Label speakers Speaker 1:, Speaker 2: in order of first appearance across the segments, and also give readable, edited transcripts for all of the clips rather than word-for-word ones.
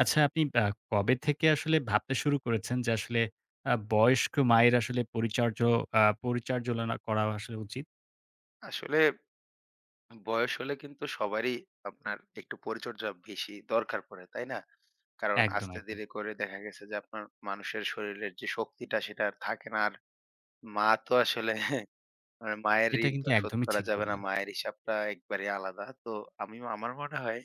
Speaker 1: আচ্ছা, আপনি কবে থেকে আসলে ভাবতে শুরু করেছেন যে আসলে বয়স্ক মায়ের আসলে পরিচার্যলনা করা আসলে উচিত?
Speaker 2: আসলে বয়স হলে কিন্তু সবারই আপনার একটু পরিচর্যা বেশি দরকার পড়ে, তাই না? কারণ
Speaker 1: একদম,
Speaker 2: আস্তে
Speaker 1: একদম।
Speaker 2: ধীরে করে দেখা গেছে যে আপনার মানুষের শরীরের যে শক্তিটা সেটা আর থাকে না। আর মা তো আসলে মানে মায়ের
Speaker 1: এটা
Speaker 2: ঋণ তো
Speaker 1: কিন্তু
Speaker 2: আর শোধ
Speaker 1: একদমই
Speaker 2: করা
Speaker 1: ঠিক
Speaker 2: যাবে না।
Speaker 1: বললেন।
Speaker 2: মায়ের হিসাবটা একবারেই আলাদা। তো আমি আমার মনে হয়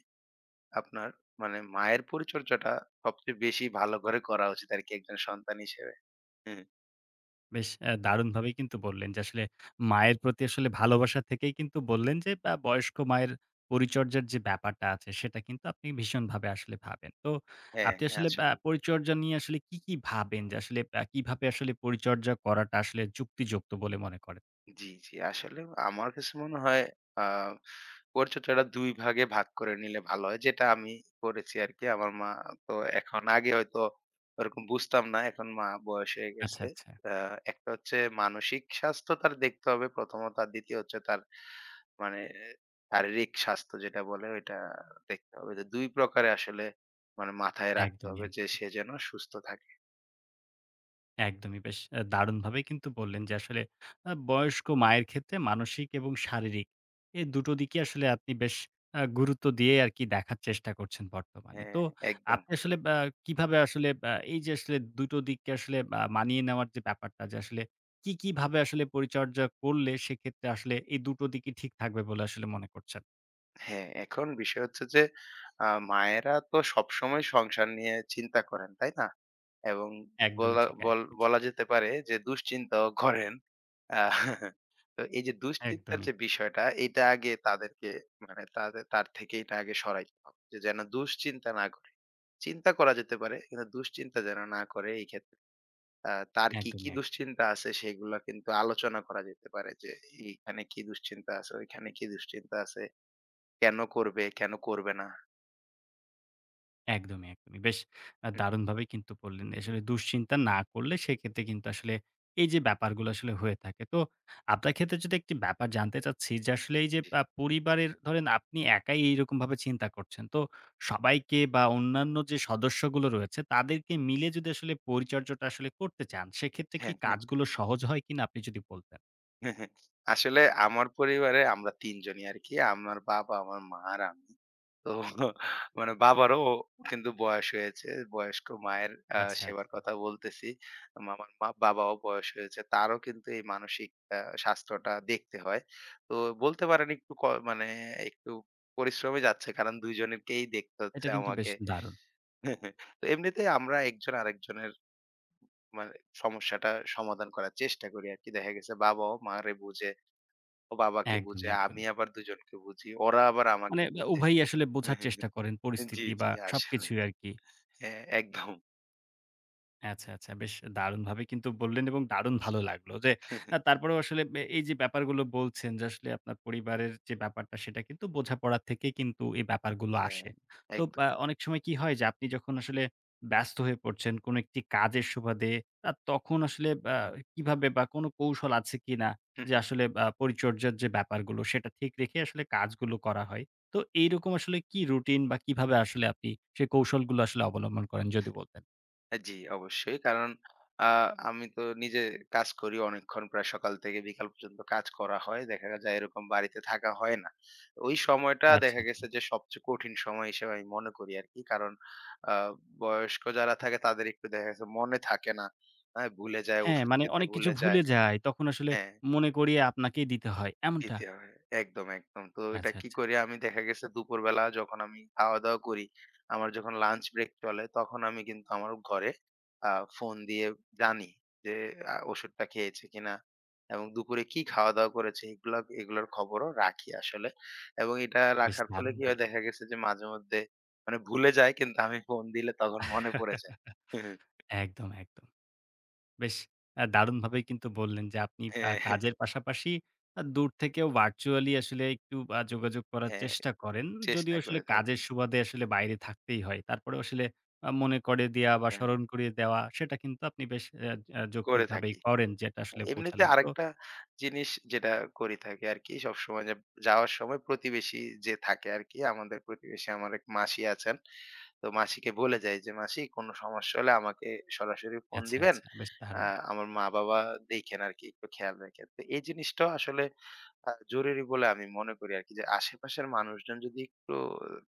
Speaker 2: আপনার মানে মায়ের পরিচর্যাটা সবচেয়ে বেশি ভালো করে করা উচিত আরকি একজন সন্তান হিসেবে। হম।
Speaker 1: বেশ দারুণভাবেই কিন্তু বললেন যে আসলে মায়ের প্রতি আসলে ভালোবাসা থেকেই কিন্তু বললেন যে বয়স্ক মায়ের পরিচর্যার যে ব্যাপারটা আছে সেটা কিন্তু আপনি ভীষণভাবে আসলে ভাবেন। তো
Speaker 2: হ্যাঁ,
Speaker 1: আপনি
Speaker 2: হ্যাঁ
Speaker 1: আসলে
Speaker 2: আসলে।
Speaker 1: পরিচর্যা নিয়ে আসলে কি, কি ভাবেন যে আসলে কিভাবে আসলে পরিচর্যা করাটা আসলে যুক্তিযুক্ত বলে মনে করেন?
Speaker 2: জি, জি। আসলে আমার কাছে মনে হয় আ পরিচর্যাটা ২ ভাগে ভাগ করে নিলে ভালো হয়। যেটা আমি করেছি আরকি। আমার মা তো এখন আগে হয়তো ওরকম বুঝতাম না। এখন মা বয়স হয়ে
Speaker 1: আচ্ছা,
Speaker 2: গেছে।
Speaker 1: আচ্ছা।
Speaker 2: আ একটা হচ্ছে মানসিক স্বাস্থ্য তার দেখতে হবে প্রথমত। আর দ্বিতীয় হচ্ছে তার মানে শারীরিক স্বাস্থ্য যেটা বলে ওইটা দেখতে হবে। তো ২ প্রকারে আসলে মানে মাথায় রাখতে
Speaker 1: একদমই,
Speaker 2: হবে যে
Speaker 1: একদমই।
Speaker 2: সে যেন সুস্থ থাকে।
Speaker 1: একদমই বেশ দারুণভাবেই কিন্তু বললেন যে আসলে বয়স্ক মায়ের ক্ষেত্রে মানসিক এবং শারীরিক এ দুটো দিকে আসলে আপনি বেশ গুরুত্ব দিয়ে আরকি দেখার চেষ্টা করছেন বর্তমানে।
Speaker 2: হ্যাঁ,
Speaker 1: তো
Speaker 2: একদম।
Speaker 1: আপনি আসলে কিভাবে আসলে এই যে আসলে দুটো দিককে আসলে মানিয়ে নেওয়ার যে ব্যাপারটা যে আসলে কি, কি ভাবে আসলে পরিচর্যা করলে সেক্ষেত্রে আসলে এই দুটো দিকই ঠিক থাকবে বলে আসলে মনে করছেন?
Speaker 2: হ্যাঁ, এখন বিষয় হচ্ছে যে মায়েরা তো সবসময় সংসার নিয়ে চিন্তা করেন, তাই না? এবং
Speaker 1: একদমই ঠিক, একদমই ঠিক।
Speaker 2: বলা যেতে পারে যে দুশ্চিন্তাও করেন। আ তো এই যে দুশ্চিন্তার
Speaker 1: একদমই,
Speaker 2: যে বিষয়টা এটা আগে তাদেরকে মানে তার থেকে এটা আগে সরাইতে হবে। যে যেন দুশ্চিন্তা না করে। চিন্তা করা যেতে পারে কিন্তু দুশ্চিন্তা যেন না করে এই ক্ষেত্রে। তার কি, কি
Speaker 1: একদমই, একদমই।
Speaker 2: দুশ্চিন্তা আছে সেগুলা কিন্তু আলোচনা করা যেতে পারে যে এইখানে কি দুশ্চিন্তা আছে, ওইখানে কি দুশ্চিন্তা আছে। কেন করবে, কেন করবে না?
Speaker 1: একদমই, একদমই। বেশ দারুণভাবেই কিন্তু বললেন। আসলে দুশ্চিন্তা না করলে সেক্ষেত্রে কিন্তু আসলে এই যে ব্যাপারগুলো আসলে হয়ে থাকে। তো আপনার ক্ষেত্রে যদি একটি ব্যাপার জানতে চাচ্ছি যে আসলে এই যে
Speaker 2: জি।
Speaker 1: পরিবারের ধরেন আপনি একাই এইরকমভাবে চিন্তা করছেন। তো সবাইকে বা অন্যান্য যে সদস্যগুলো রয়েছে তাদেরকে মিলে যদি আসলে পরিচর্যাটা আসলে করতে চান, সেক্ষেত্রে কি
Speaker 2: হ্যাঁ, হ্যাঁ,
Speaker 1: কাজগুলো সহজ হয় কিনা আপনি যদি বলতেন?
Speaker 2: হ্যাঁ, হ্যাঁ। আসলে আমার পরিবারে আমরা ৩ জনই আরকি। আমার বাবা, আমার মা আর আমি। তো মানে বাবারও কিন্তু বয়স হয়েছে। বয়স্ক মায়ের
Speaker 1: আচ্ছা,
Speaker 2: সেবার
Speaker 1: আচ্ছা।
Speaker 2: কথা বলতেছি। আমার মা বাবাও বয়স হয়েছে। তারও কিন্তু এই মানসিক আ স্বাস্থ্যটা দেখতে হয়। তো বলতে পারেন একটু ক মানে একটু পরিশ্রমে যাচ্ছে। কারণ ২ জনেরকেই দেখতে
Speaker 1: এটা
Speaker 2: হচ্ছে
Speaker 1: কিন্তু বেশ
Speaker 2: আমাকে।
Speaker 1: দারুণ।
Speaker 2: তো এমনিতেই আমরা একজন আরেকজনের মানে সমস্যাটা সমাধান করার চেষ্টা করি আরকি। দেখা গেছে বাবাও মারে বুঝে, ও বাবাকে
Speaker 1: একদমই,
Speaker 2: বুঝে, আমি
Speaker 1: একদমই।
Speaker 2: আবার দুজনকে বুঝি। ওরা আবার আমাকে
Speaker 1: মানে
Speaker 2: বুঝে।
Speaker 1: উভয়ই আসলে বোঝার চেষ্টা করেন
Speaker 2: জি,
Speaker 1: পরিস্থিতি
Speaker 2: জি
Speaker 1: বা
Speaker 2: আসলে।
Speaker 1: সবকিছুই আরকি।
Speaker 2: হ্যাঁ, একদম।
Speaker 1: আচ্ছা, আচ্ছা। বেশ দারুণভাবে কিন্তু বললেন এবং দারুণ ভালো লাগলো যে, তারপরেও আসলে এই যে ব্যাপারগুলো বলছেন যে, আসলে আপনার পরিবারের যে ব্যাপারটা সেটা কিন্তু বোঝাপড়া থেকে কিন্তু এই ব্যাপারগুলো
Speaker 2: হ্যাঁ,
Speaker 1: আসে। তো
Speaker 2: একদম।
Speaker 1: অনেক সময় কি হয় যে, আপনি যখন আসলে ব্যস্ত হয়ে পড়ছেন কোনো একটি কাজের সুবাদে, তখন আসলে কিভাবে বা কোনো কৌশল আছে কিনা যে, আসলে পরিচর্যার যে ব্যাপারগুলো সেটা ঠিক রেখে আসলে কাজগুলো করা হয়? তো এইরকম আসলে কি রুটিন বা কিভাবে আসলে আপনি সেই কৌশলগুলো আসলে অবলম্বন করেন যদি বলতেন?
Speaker 2: হ্যাঁ, জি, অবশ্যই। কারণ হুম। আমি তো নিজে কাজ করি অনেকক্ষণ, প্রায় সকাল থেকে বিকাল পর্যন্ত কাজ করা হয়। দেখা যায় এরকম বাড়িতে থাকা হয় না। ওই সময়টা
Speaker 1: আচ্ছা,
Speaker 2: দেখা
Speaker 1: আচ্ছা।
Speaker 2: গেছে যে সবচেয়ে কঠিন সময় হিসেবে আমি মনে করি আরকি। কারণ আ বয়স্ক যারা থাকে তাদের একটু দেখা গেছে মনে থাকে না। হ্যাঁ, ভুলে যায়,
Speaker 1: হ্যাঁ,
Speaker 2: ওষুধ
Speaker 1: মানে
Speaker 2: খেতে
Speaker 1: অনেক কিছু
Speaker 2: ভুলে যায়।
Speaker 1: ভুলে যাই। তখন আসলে
Speaker 2: হ্যাঁ।
Speaker 1: মনে করিয়ে আপনাকেই দিতে হয়, এমনটা?
Speaker 2: দিতে হয়। একদম, একদম। তো এটা
Speaker 1: আচ্ছা,
Speaker 2: কি
Speaker 1: আচ্ছা।
Speaker 2: করি আমি দেখা গেছে দুপুরবেলা যখন আমি খাওয়া-দাওয়া করি, আমার যখন লাঞ্চ ব্রেক চলে তখন আমি কিন্তু আমার ঘরে আ ফোন দিয়ে জানি যে ওষুধটা খেয়েছে কিনা এবং দুপুরে কি খাওয়া-দাওয়া করেছে এগুলা এগুলার খবরও রাখি আসলে। এবং এটা
Speaker 1: বেশ
Speaker 2: রাখার ফলে
Speaker 1: দারুণ
Speaker 2: কি হয়
Speaker 1: বললেন।
Speaker 2: দেখা গেছে যে মাঝেমধ্যে মানে ভুলে যাই কিন্তু আমি ফোন দিলে তখন মনে পড়ে যায়।
Speaker 1: একদম, একদম। বেশ দারুণভাবেই কিন্তু বললেন যে আপনি
Speaker 2: হ্যাঁ, হ্যাঁ,
Speaker 1: কাজের পাশাপাশি দূর থেকেও ভার্চুয়ালি আসলে একটু যোগাযোগ করার
Speaker 2: হ্যাঁ,
Speaker 1: চেষ্টা করেন।
Speaker 2: চেষ্টা
Speaker 1: যদিও আসলে
Speaker 2: করে
Speaker 1: কাজের
Speaker 2: থাকি।
Speaker 1: সুবাদে আসলে বাইরে থাকতেই হয়। তারপরেও আসলে মনে করে দেয়া বা
Speaker 2: হ্যাঁ,
Speaker 1: স্মরণ করিয়ে দেওয়া সেটা কিন্তু আপনি বেশ অ্যা অ্যা
Speaker 2: করে
Speaker 1: যৌক্তিকভাবেই
Speaker 2: থাকি।
Speaker 1: করেন যেটা আসলে
Speaker 2: এমনিতে
Speaker 1: বোঝালেন। তো
Speaker 2: আরেকটা জিনিস যেটা করি থাকি আরকি সবসময় যে যাওয়ার সময় প্রতিবেশী যে থাকে আরকি, আমাদের প্রতিবেশী আমার এক মাসি আছেন। তো মাসিকে বলে যাই যে, "মাসি কোনো সমস্যা হলে আমাকে সরাসরি ফোন
Speaker 1: আচ্ছা,
Speaker 2: দিবেন।
Speaker 1: আচ্ছা। বেশ
Speaker 2: আ
Speaker 1: দারুণ।
Speaker 2: আমার মা-বাবা দেইখেন আরকি, একটু খেয়াল রাইখেন।" তো এই জিনিসটাও আসলে জরুরি বলে আমি মনে করি আরকি যে আশেপাশের মানুষজন যদি একটু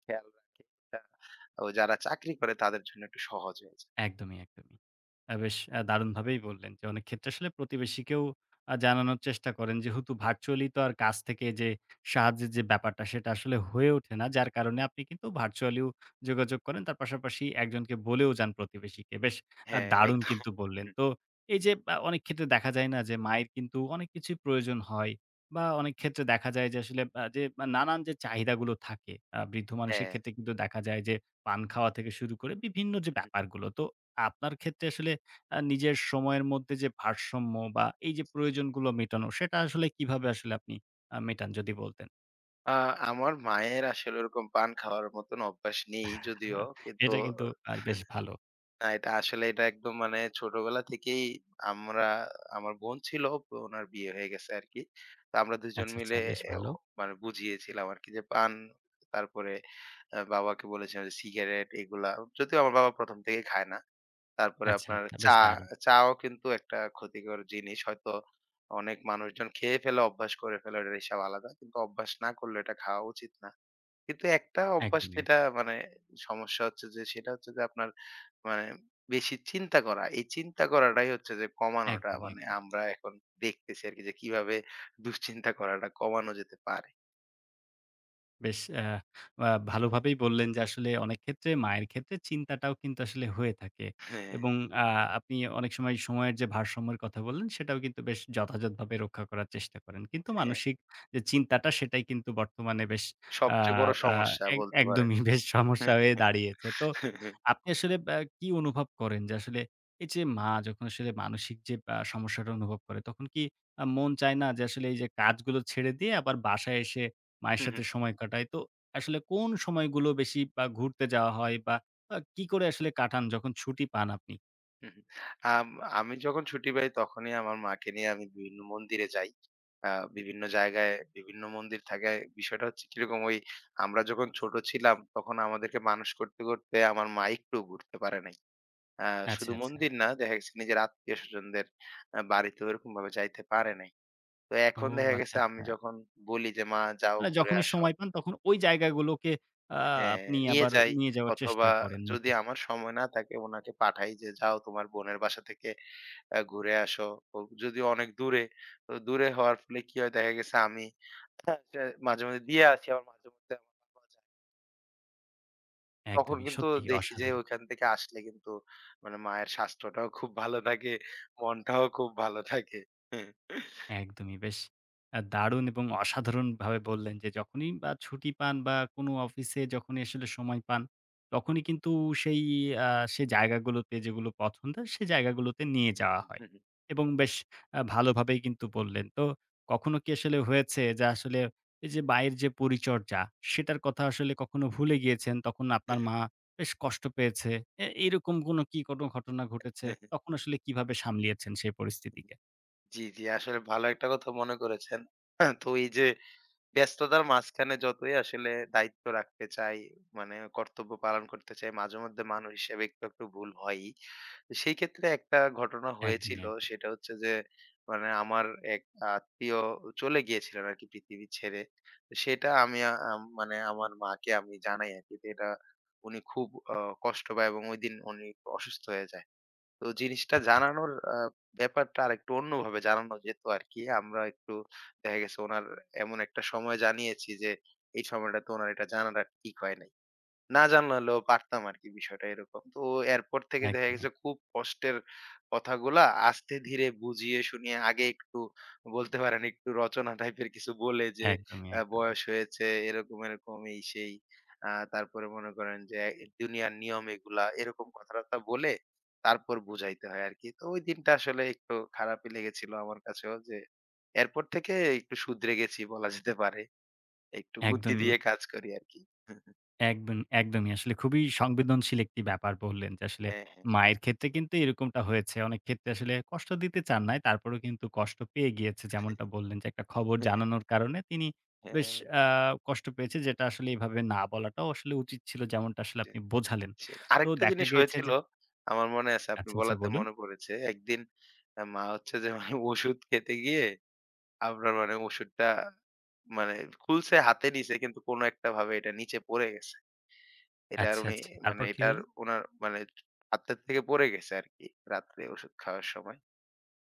Speaker 2: খেয়াল রাখে এটা ও যারা চাকরি করে তাদের জন্য একটু সহজ হয়ে যায়।
Speaker 1: একদমই, একদমই। বেশ দারুণভাবেই বললেন যে, অনেক ক্ষেত্রে আসলে প্রতিবেশীকেও জানানোর চেষ্টা করেন। যেহেতু ভার্চুয়ালি তো আর কাছ থেকে যে সাহায্যের যে ব্যাপারটা, সেটা আসলে হয়ে ওঠে না। যার কারণে আপনি কিন্তু ভার্চুয়ালিও যোগাযোগ করেন। তার পাশাপাশি একজনকে বলেও যান প্রতিবেশীকে। বেশ
Speaker 2: হ্যাঁ,
Speaker 1: দারুণ
Speaker 2: একদম।
Speaker 1: কিন্তু বললেন। তো এই যে অনেক ক্ষেত্রে দেখা যায় না যে, মায়ের কিন্তু অনেক কিছুই প্রয়োজন হয় বা অনেক ক্ষেত্রে দেখা যায় যে আসলে যে নানান যে চাহিদাগুলো থাকে, বৃদ্ধ মানুষের
Speaker 2: হ্যাঁ।
Speaker 1: ক্ষেত্রে কিন্তু দেখা যায় যে পান খাওয়া থেকে শুরু করে বিভিন্ন যে ব্যাপারগুলো। তো আপনার ক্ষেত্রে আসলে নিজের সময়ের মধ্যে যে ভারসাম্য বা এই যে প্রয়োজনগুলো মেটানো, সেটা আসলে কিভাবে আসলে আপনি মেটান যদি বলতেন?
Speaker 2: আ আমার মায়ের আসলে ওরকম পান খাওয়ার মতন অভ্যাস নেই যদিও।
Speaker 1: হ্যাঁ,
Speaker 2: কিন্তু
Speaker 1: এটা কিন্তু আর বেশ ভালো।
Speaker 2: এটা আসলে এটা একদম মানে ছোটবেলা থেকেই আমরা আমার বোন ছিল, ওনার বিয়ে হয়ে গেছে আরকি। তো আমরা ২ জন
Speaker 1: আচ্ছা, আচ্ছা,
Speaker 2: মিলে
Speaker 1: বেশ
Speaker 2: এ ও
Speaker 1: ভালো।
Speaker 2: মানে বুঝিয়েছিলাম আরকি যে পান, তারপরে বাবাকে বলেছিলাম যে সিগারেট এগুলা। যদিও আমার বাবা ১ম থেকেই খায় না। তারপরে
Speaker 1: আচ্ছা,
Speaker 2: আপনার
Speaker 1: আচ্ছা, বেশ
Speaker 2: চা,
Speaker 1: দারুণ।
Speaker 2: চাও কিন্তু একটা ক্ষতিকর জিনিস। হয়তো অনেক মানুষজন খেয়ে ফেলে, অভ্যাস করে ফেলে, ওটার হিসাব আলাদা। কিন্তু অভ্যাস না করলে এটা খাওয়া উচিত না। কিন্তু একটা অভ্যাস
Speaker 1: একদমই,
Speaker 2: যেটা মানে সমস্যা হচ্ছে যে সেটা হচ্ছে যে আপনার মানে বেশি চিন্তা করা। এই চিন্তা করাটাই হচ্ছে যে কমানোটা।
Speaker 1: একদমই,
Speaker 2: মানে
Speaker 1: একদমই।
Speaker 2: আমরা এখন দেখতেছি আরকি যে কিভাবে দুশ্চিন্তা করাটা কমানো যেতে পারে।
Speaker 1: বেশ আ আ ভালোভাবেই বললেন যে আসলে অনেক ক্ষেত্রে মায়ের ক্ষেত্রে চিন্তাটাও কিন্তু আসলে হয়ে থাকে।
Speaker 2: হ্যাঁ,
Speaker 1: এবং আ আপনি অনেক সময় সময়ের যে ভারসাম্যের কথা বললেন সেটাও কিন্তু বেশ যথাযথভাবে রক্ষা করার চেষ্টা করেন। কিন্তু
Speaker 2: হ্যাঁ।
Speaker 1: মানসিক যে চিন্তাটা সেটাই কিন্তু বর্তমানে বেশ আ
Speaker 2: সবচেয়ে বড়
Speaker 1: আ
Speaker 2: সমস্যা
Speaker 1: এক
Speaker 2: বলতে পারেন।
Speaker 1: একদমই বেশ
Speaker 2: হ্যাঁ,
Speaker 1: সমস্যা হয়ে
Speaker 2: হ্যাঁ।
Speaker 1: দাঁড়িয়েছে। তো
Speaker 2: হ্যাঁ,
Speaker 1: আপনি আসলে কি অনুভব করেন যে আসলে এই যে মা যখন আসলে মানসিক যে সমস্যাটা অনুভব করে তখন কি মন চায় না যে আসলে এই যে কাজগুলো ছেড়ে দিয়ে আবার বাসায় এসে মায়ের
Speaker 2: হ্যাঁ, হ্যাঁ।
Speaker 1: সাথে সময় কাটাই। তো আসলে কোন সময়গুলো বেশি বা ঘুরতে যাওয়া হয় বা কি করে আসলে কাটান যখন ছুটি পান আপনি?
Speaker 2: হুম, হুম। আম আমি যখন ছুটি পাই তখনই আমার মাকে নিয়ে আমি বিভিন্ন মন্দিরে যাই। আ বিভিন্ন জায়গায় বিভিন্ন মন্দির থাকে। বিষয়টা হচ্ছে কিরকম ওই আমরা যখন ছোট ছিলাম তখন আমাদেরকে মানুষ করতে, করতে আমার মা একটুও ঘুরতে পারে নাই। আ
Speaker 1: আচ্ছা,
Speaker 2: শুধু
Speaker 1: আচ্ছা।
Speaker 2: মন্দির না দেখা গেছে নিজের আত্মীয়স্বজনদের বাড়িতেও এরকমভাবে যাইতে পারে নাই। তো
Speaker 1: ও
Speaker 2: এখন দেখা
Speaker 1: আচ্ছা,
Speaker 2: গেছে আমি
Speaker 1: আচ্ছা।
Speaker 2: যখন বলি যে, "মা যাও
Speaker 1: মানে
Speaker 2: ঘুরে
Speaker 1: যখনই
Speaker 2: আসো।"
Speaker 1: সময় পান তখন ওই জায়গাগুলোকে আ
Speaker 2: হ্যাঁ,
Speaker 1: আপনি
Speaker 2: নিয়ে
Speaker 1: আবার
Speaker 2: যাই।
Speaker 1: নিয়ে যাওয়ার
Speaker 2: অথবা
Speaker 1: চেষ্টা করেন
Speaker 2: যদি
Speaker 1: নাকি?
Speaker 2: আমার সময় না থাকে উনাকে পাঠাই যে, "যাও তোমার বোনের বাসা থেকে ঘুরে আসো। ও যদিও অনেক দূরে। তো দূরে হওয়ার ফলে কি হয়? দেখা গেছে আমি হ্যাঁ, সে মাঝে, মাঝে দিয়ে আসি। আবার মাঝে মধ্যে আমার বাবা যায়। তখন
Speaker 1: একদমই
Speaker 2: কিন্তু
Speaker 1: সত্যি
Speaker 2: দেখি যে
Speaker 1: অসাধারণ।
Speaker 2: ওইখান থেকে আসলে কিন্তু মানে মায়ের স্বাস্থ্যটাও খুব ভালো থাকে, মনটাও খুব ভালো থাকে।
Speaker 1: একদমই। বেশ দারুণ এবং অসাধারণভাবে বললেন যে, যখনই বা ছুটি পান বা কোনো অফিসে যখনই আসলে সময় পান, তখনই কিন্তু সেই আ সে জায়গাগুলোতে যেগুলো পছন্দের, সে জায়গাগুলোতে নিয়ে যাওয়া হয়।
Speaker 2: হুম।
Speaker 1: এবং বেশ ভালোভাবেই কিন্তু বললেন। তো কখনো কি আসলে হয়েছে যে আসলে এই যে মায়ের যে পরিচর্যা, সেটার কথা আসলে কখনো ভুলে গিয়েছেন, তখন আপনার মা বেশ কষ্ট পেয়েছে। এরকম কোনো কি কোনো ঘটনা ঘটেছে? তখন আসলে কিভাবে সামলিয়েছেন সেই পরিস্থিতিকে?
Speaker 2: জি, জি। আসলে ভালো একটা কথা মনে করেছেন। হ্যাঁ, তো এই যে ব্যস্ততার মাঝখানে যতই আসলে দায়িত্ব রাখতে চাই, মানে কর্তব্য পালন করতে চাই, মাঝেমধ্যে মানুষ হিসেবে একটু, একটু ভুল হয়ই। তো সেই ক্ষেত্রে একটা ঘটনা
Speaker 1: একদমই,
Speaker 2: হয়েছিল
Speaker 1: একদমই।
Speaker 2: সেটা হচ্ছে যে, মানে আমার এক আত্মীয় চলে গিয়েছিলেন আরকি পৃথিবী ছেড়ে। তো সেটা আমি আ আম মানে আমার মাকে আমি জানাই আরকি। তো এটা উনি খুব অ কষ্ট পায় এবং ঐদিন উনি অসুস্থ হয়ে যায়। তো জিনিসটা
Speaker 1: আচ্ছা, আচ্ছা।
Speaker 2: জানানোর ব্যাপারটা আরেকটু অন্যভাবে জানানো যেত আরকি। আমরা একটু দেখা গেছে উনার এমন একটা সময় জানিয়েছি যে, এই সময়টাতে উনার এটা জানাটা ঠিক হয় নাই। না জানালেও পারতাম আরকি বিষয়টা এরকম। তো এরপর থেকে দেখা
Speaker 1: একদমই,
Speaker 2: গেছে খুব কষ্টের কথাগুলা আস্তে ধীরে বুঝিয়ে শুনিয়ে আগে একটু বলতে পারেন একটু রচনা টাইপের কিছু বলে যে
Speaker 1: একদমই, একদমই,
Speaker 2: বয়স হয়েছে এরকম, এরকম এই সেই। তারপরে মনে করেন যে দুনিয়ার নিয়ম এগুলা এরকম কথাবার্তা বলে তারপর বুঝাইতে হয় আরকি। তো ওই দিনটা আসলে একটু খারাপই লেগেছিল আমার কাছেও যে এরপর থেকে একটু শুধরে গেছি বলা যেতে পারে। একটু বুদ্ধি
Speaker 1: একদমই,
Speaker 2: দিয়ে কাজ করি আরকি।
Speaker 1: একদম, একদমই আসলে খুবই সংবেদনশীল একটি ব্যাপার বললেন যে আসলে
Speaker 2: হ্যাঁ, হ্যাঁ।
Speaker 1: মায়ের ক্ষেত্রে কিন্তু এরকমটা হয়েছে। অনেক ক্ষেত্রে আসলে কষ্ট দিতে চান নাই। তারপরেও কিন্তু কষ্ট পেয়ে গিয়েছে। যেমনটা বললেন যে একটা খবর
Speaker 2: হুম,
Speaker 1: জানানোর কারণে তিনি
Speaker 2: হ্যাঁ,
Speaker 1: বেশ আ কষ্ট পেয়েছে যেটা আসলে এভাবে না বলাটাও আসলে উচিত ছিল। যেমনটা আসলে
Speaker 2: যে
Speaker 1: আপনি বোঝালেন।
Speaker 2: সে
Speaker 1: তো
Speaker 2: আরেকটা
Speaker 1: দেখা
Speaker 2: জিনিস
Speaker 1: গিয়েছে
Speaker 2: হয়েছিল,
Speaker 1: যে
Speaker 2: আমার মনে আছে আপনি
Speaker 1: আচ্ছা, আচ্ছা,
Speaker 2: বলাতে
Speaker 1: বলুন।
Speaker 2: মনে পড়েছে। একদিন মা হচ্ছে যে মানে ওষুধ খেতে গিয়ে আপনার মানে ওষুধটা মানে খুলছে, হাতে নিছে কিন্তু কোনো একটা ভাবে এটা নিচে পড়ে গেছে। এটা আর
Speaker 1: আচ্ছা,
Speaker 2: উনি
Speaker 1: আচ্ছা।
Speaker 2: মানে
Speaker 1: তারপর কি
Speaker 2: এটার
Speaker 1: হলো?
Speaker 2: উনার মানে হাতের থেকে পড়ে গেছে আরকি রাত্রে ওষুধ খাওয়ার সময়।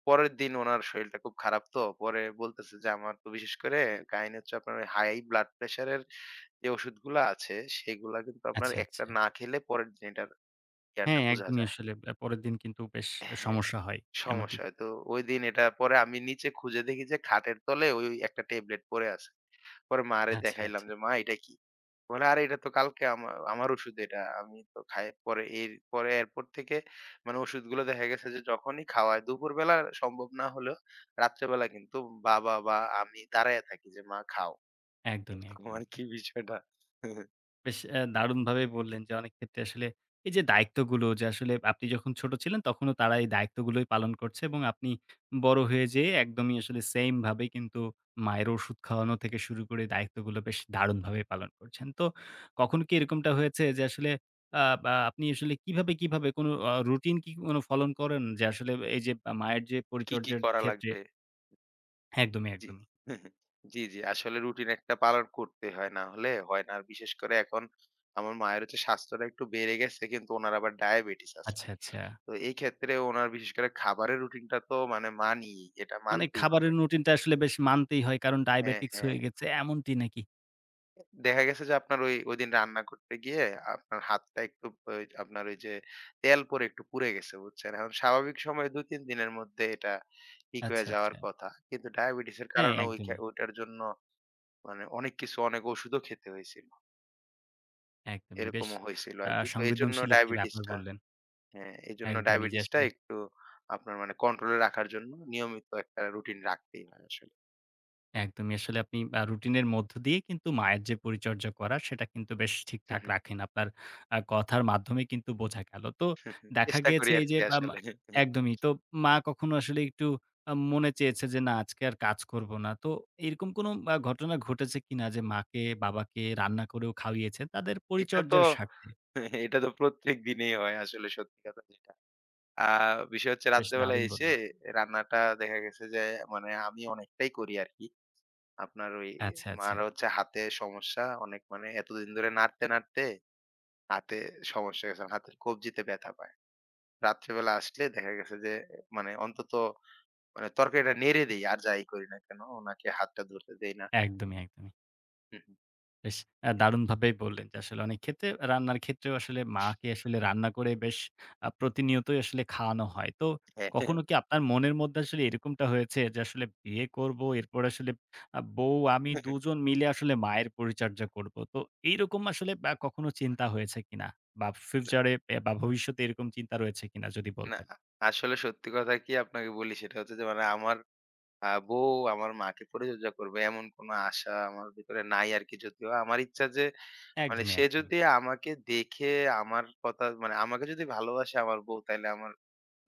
Speaker 2: পরের দিন উনার শরীরটা খুব খারাপ তো। পরে বলতেছে যে আমার তো বিশেষ করে কাহিনী হচ্ছে আপনার ওই হাই ব্লাড প্রেশারের যে ওষুধগুলা আছে সেগুলা কিন্তু আপনার
Speaker 1: আচ্ছা,
Speaker 2: একটা
Speaker 1: আচ্ছা।
Speaker 2: না খেলে পরের দিন এটার ইয়াটা
Speaker 1: হ্যাঁ,
Speaker 2: বুঝা
Speaker 1: একদমই
Speaker 2: যায়।
Speaker 1: আসলে পরের দিন কিন্তু বেশ
Speaker 2: হ্যাঁ,
Speaker 1: সমস্যা হয়। এমনটি?
Speaker 2: সমস্যা হয়। তো ঐদিন এটা পরে আমি নিচে খুঁজে দেখি যে খাটের তলে ওই একটা ট্যাবলেট পড়ে আছে। পরে মারে
Speaker 1: আচ্ছা,
Speaker 2: দেখাইলাম
Speaker 1: আচ্ছা।
Speaker 2: যে, "মা এটা কি?" বলে, "আরে এটা তো কালকে আমার ওষুধ এটা। আমি তো খাই।" পরে এর পরে এরপর থেকে মানে ওষুধগুলো দেখা গেছে যে যখনই খাওয়ায় দুপুরবেলা সম্ভব না হলেও রাত্রেবেলা কিন্তু বাবা বা আমি দাঁড়ায় থাকি যে, "মা খাও।"
Speaker 1: একদমই,
Speaker 2: এরকম
Speaker 1: একদমই।
Speaker 2: আরকি বিষয়টা।
Speaker 1: বেশ দারুণভাবেই বললেন যে অনেক ক্ষেত্রে আসলে এই যে দায়িত্বগুলো যে আসলে আপনি যখন ছোট ছিলেন তখনও তারা এই দায়িত্বগুলোই পালন করছে এবং আপনি বড় হয়ে যেয়ে একদমই আসলে সেইম ভাবে কিন্তু মায়ের ওষুধ খাওয়ানো থেকে শুরু করে দায়িত্বগুলো বেশ দারুণভাবে পালন করছেন। তো কখনো কি এরকমটা হয়েছে যে আসলে বা আপনি আসলে কিভাবে, কিভাবে কোনো রুটিন কি কোনো ফলন করেন? যে আসলে এই যে মায়ের যে
Speaker 2: কি, কি
Speaker 1: পরিচর্যার
Speaker 2: করা
Speaker 1: ক্ষেত্রে
Speaker 2: লাগবে।
Speaker 1: একদমই,
Speaker 2: জি,
Speaker 1: একদমই।
Speaker 2: জি, জি। আসলে রুটিন একটা পালন করতে হয়, না হলে হয় না। আর বিশেষ করে এখন আমার মায়ের হচ্ছে স্বাস্থ্যটা একটু বেড়ে গেছে, কিন্তু ওনার আবার ডায়াবেটিস আছে।
Speaker 1: আচ্ছা, আচ্ছা।
Speaker 2: তো এই ক্ষেত্রে ওনার বিশেষ করে খাবারের রুটিনটা তো মানে মানি, এটা
Speaker 1: মানে
Speaker 2: মানতেই হবে।
Speaker 1: খাবারের রুটিনটা আসলে বেশ মানতেই হয় কারণ
Speaker 2: হ্যাঁ,
Speaker 1: ডায়াবেটিকস
Speaker 2: হ্যাঁ।
Speaker 1: হয়ে গেছে এমনটি নাকি?
Speaker 2: দেখা গেছে যে আপনার ওই ঐদিন রান্না করতে গিয়ে আপনার হাতটা একটু ওই আপনার ওই যে তেল পরে একটু পুড়ে গেছে, বুঝছেন? এখন স্বাভাবিক সময়ে ২-৩ দিনের মধ্যে এটা ঠিক হয়ে
Speaker 1: আচ্ছা,
Speaker 2: যাওয়ার
Speaker 1: আচ্ছা।
Speaker 2: কথা। কিন্তু ডায়াবেটিসের
Speaker 1: হ্যাঁ,
Speaker 2: কারণে ওই খে
Speaker 1: একদমই,
Speaker 2: ওইটার জন্য মানে অনেক কিছু অনেক ওষুধও খেতে হয়েছিল।
Speaker 1: একদমই। বেশ
Speaker 2: এরকমও হয়েছিল আরকি। তো এজন্য
Speaker 1: সংবেদনশীল একটি ব্যাপার
Speaker 2: ডায়াবেটিসটা
Speaker 1: বললেন।
Speaker 2: হ্যাঁ, এজন্য
Speaker 1: একদমই যে
Speaker 2: ডায়াবেটিসটা
Speaker 1: আসলে
Speaker 2: একটু আপনার মানে কন্ট্রোলে রাখার জন্য নিয়মিত একটা রুটিন রাখতেই হয় আসলে।
Speaker 1: একদমই। আসলে আপনি রুটিনের মধ্য দিয়ে কিন্তু মায়ের যে পরিচর্যা করা সেটা কিন্তু বেশ ঠিকঠাক রাখেন। আপনার কথার মাধ্যমে কিন্তু বোঝা গেল। তো দেখা
Speaker 2: চেষ্টা করি
Speaker 1: গিয়েছে এই
Speaker 2: আরকি
Speaker 1: যে
Speaker 2: আসলে।
Speaker 1: একদমই। তো মা কখনো আসলে একটু মনে চেয়েছে যে না আজকে আর কাজ করব না। তো এরকম কোন ঘটনা ঘটেছে কিনা যে মাকে, বাবাকে রান্না করেও খাইয়েছেন তাদের
Speaker 2: এটা তো
Speaker 1: পরিচর্যার স্বার্থে?
Speaker 2: এটা তো প্রত্যেক দিনেই হয় আসলে সত্যি কথা যেটা। আ বিষয় হচ্ছে
Speaker 1: বেশ
Speaker 2: রাত্রেবেলা
Speaker 1: দারুণ
Speaker 2: এসে
Speaker 1: বললেন।
Speaker 2: রান্নাটা দেখা গেছে যে মানে আমি অনেকটাই করি আরকি। আপনার ওই
Speaker 1: আচ্ছা, আচ্ছা।
Speaker 2: মার হচ্ছে হাতে সমস্যা অনেক মানে এতদিন ধরে নাড়তে, নাড়তে হাতে সমস্যা গেছে। মানে হাতের কবজিতে ব্যথা পায়। রাত্রিবেলা আসলে দেখা গেছে যে মানে অন্তত মানে তরকারিটা নেড়ে দেই আর যাই করি না কেন উনাকে হাতটা ধরতে দেই না।
Speaker 1: একদমই, একদমই।
Speaker 2: হুম, হুম।
Speaker 1: বেশ দারুণভাবেই বললেন যে, আসলে অনেক ক্ষেত্রে রান্নার ক্ষেত্রেও আসলে মাকে আসলে রান্না করে বেশ প্রতিনিয়তই আসলে খাওয়ানো হয়। তো
Speaker 2: হ্যাঁ।
Speaker 1: কখনো কি আপনার মনের মধ্যে আসলে এরকমটা হয়েছে যে, আসলে বিয়ে করব, এরপর আসলে বউ, আমি দুজন মিলে আসলে মায়ের পরিচর্যা করব। তো এইরকম আসলে কখনো চিন্তা হয়েছে কিনা? বা
Speaker 2: না,
Speaker 1: ফিউচারে বা ভবিষ্যতে এরকম চিন্তা রয়েছে কিনা যদি
Speaker 2: না
Speaker 1: বলতেন?
Speaker 2: আসলে সত্যি কথা কি আপনাকে বলি সেটা হচ্ছে যে মানে আমার বউ আমার মাকে পরিচর্যা করবে এমন কোন আশা আমার ভিতরে নাই আরকি যদিও। আমার ইচ্ছা যে মানে
Speaker 1: একদমই,
Speaker 2: সে
Speaker 1: একদমই।
Speaker 2: যদি আমাকে দেখে আমার কথা মানে আমাকে যদি ভালোবাসে আমার বউ তাইলে আমার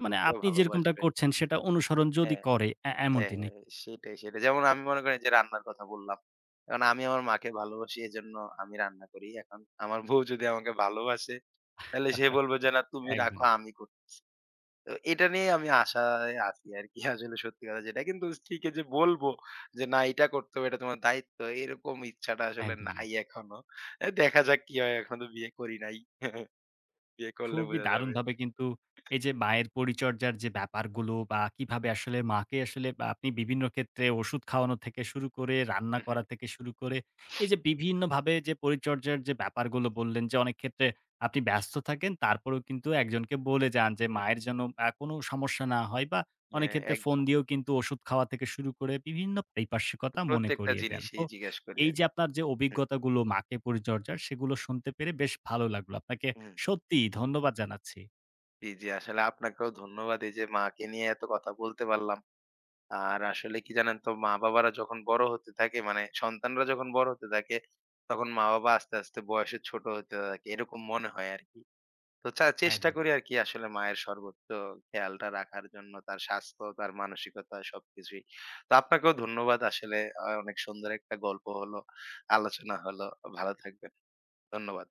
Speaker 1: মানে
Speaker 2: বউ
Speaker 1: আপনি যেরকমটা
Speaker 2: ভালোবাসবে।
Speaker 1: করছেন সেটা অনুসরণ যদি
Speaker 2: হ্যাঁ।
Speaker 1: করে,
Speaker 2: হ্যাঁ,
Speaker 1: এমনটি নাকি?
Speaker 2: সেটাই, সেটাই। যেমন আমি মনে করেন যে রান্নার কথা বললাম। এখন আমি আমার মাকে ভালোবাসি এজন্য আমি রান্না করি। এখন আমার বউ যদি আমাকে ভালোবাসে তাহলে সে বলবে যে, "না তুমি রাখো
Speaker 1: একদমই,
Speaker 2: আমি করি।" তো এটা নিয়ে আমি আশায় আছি আরকি আসলে সত্যি কথা যেটা। কিন্তু স্ত্রীকে যে বলবো যে, "না এটা করতে হবে এটা তোমার দায়িত্ব।" এরকম ইচ্ছাটা আসলে
Speaker 1: একদমই।
Speaker 2: নাই এখনো। এ দেখা যাক কি হয় এখনো তো বিয়ে করি নাই। বিয়ে করলে
Speaker 1: খুবই
Speaker 2: বোঝা যাবে।
Speaker 1: দারুণভাবে কিন্তু এই যে মায়ের পরিচর্যার যে ব্যাপারগুলো বা কিভাবে আসলে মাকে আসলে বা আপনি বিভিন্ন ক্ষেত্রে ওষুধ খাওয়ানো থেকে শুরু করে রান্না
Speaker 2: হুম, হুম,
Speaker 1: করা থেকে শুরু করে এই যে বিভিন্নভাবে যে পরিচর্যার যে ব্যাপারগুলো বললেন যে অনেক ক্ষেত্রে আপনি ব্যস্ত থাকেন তারপরেও কিন্তু একজনকে বলে যান যে
Speaker 2: হুম।
Speaker 1: মায়ের যেন কোনো সমস্যা না হয় বা অনেক
Speaker 2: হ্যাঁ,
Speaker 1: ক্ষেত্রে ফোন
Speaker 2: একদম।
Speaker 1: দিয়েও কিন্তু ওষুধ খাওয়া থেকে শুরু করে বিভিন্ন পারিপার্শ্বিকতা মনে
Speaker 2: প্রত্যেকটা
Speaker 1: করিয়ে দেন।
Speaker 2: জিনিসই
Speaker 1: তো
Speaker 2: জিজ্ঞেস করি
Speaker 1: এই যে
Speaker 2: আরকি।
Speaker 1: আপনার যে
Speaker 2: হুম,
Speaker 1: অভিজ্ঞতাগুলো মাকে পরিচর্যার সেগুলো শুনতে পেরে বেশ ভালো লাগলো আপনাকে
Speaker 2: হুম।
Speaker 1: সত্যি ধন্যবাদ জানাচ্ছি।
Speaker 2: জি, জি। আসলে আপনাকেও ধন্যবাদ। এই যে মাকে নিয়ে এত কথা বলতে পারলাম। আর আসলে কি জানেন তো মা-বাবারা যখন বড় হতে থাকে মানে সন্তানরা যখন বড় হতে থাকে তখন মা-বাবা আস্তে, আস্তে বয়সে ছোট হতে থাকে। এরকম মনে হয় আরকি। তো চেষ্টা
Speaker 1: একদম।
Speaker 2: করি আরকি আসলে মায়ের সর্বোচ্চ খেয়ালটা রাখার জন্য তার স্বাস্থ্য, তার মানসিকতা সবকিছুই। তো আপনাকেও ধন্যবাদ আসলে অনেক সুন্দর একটা গল্প হলো, আলোচনা হলো। ভালো থাকবেন। ধন্যবাদ।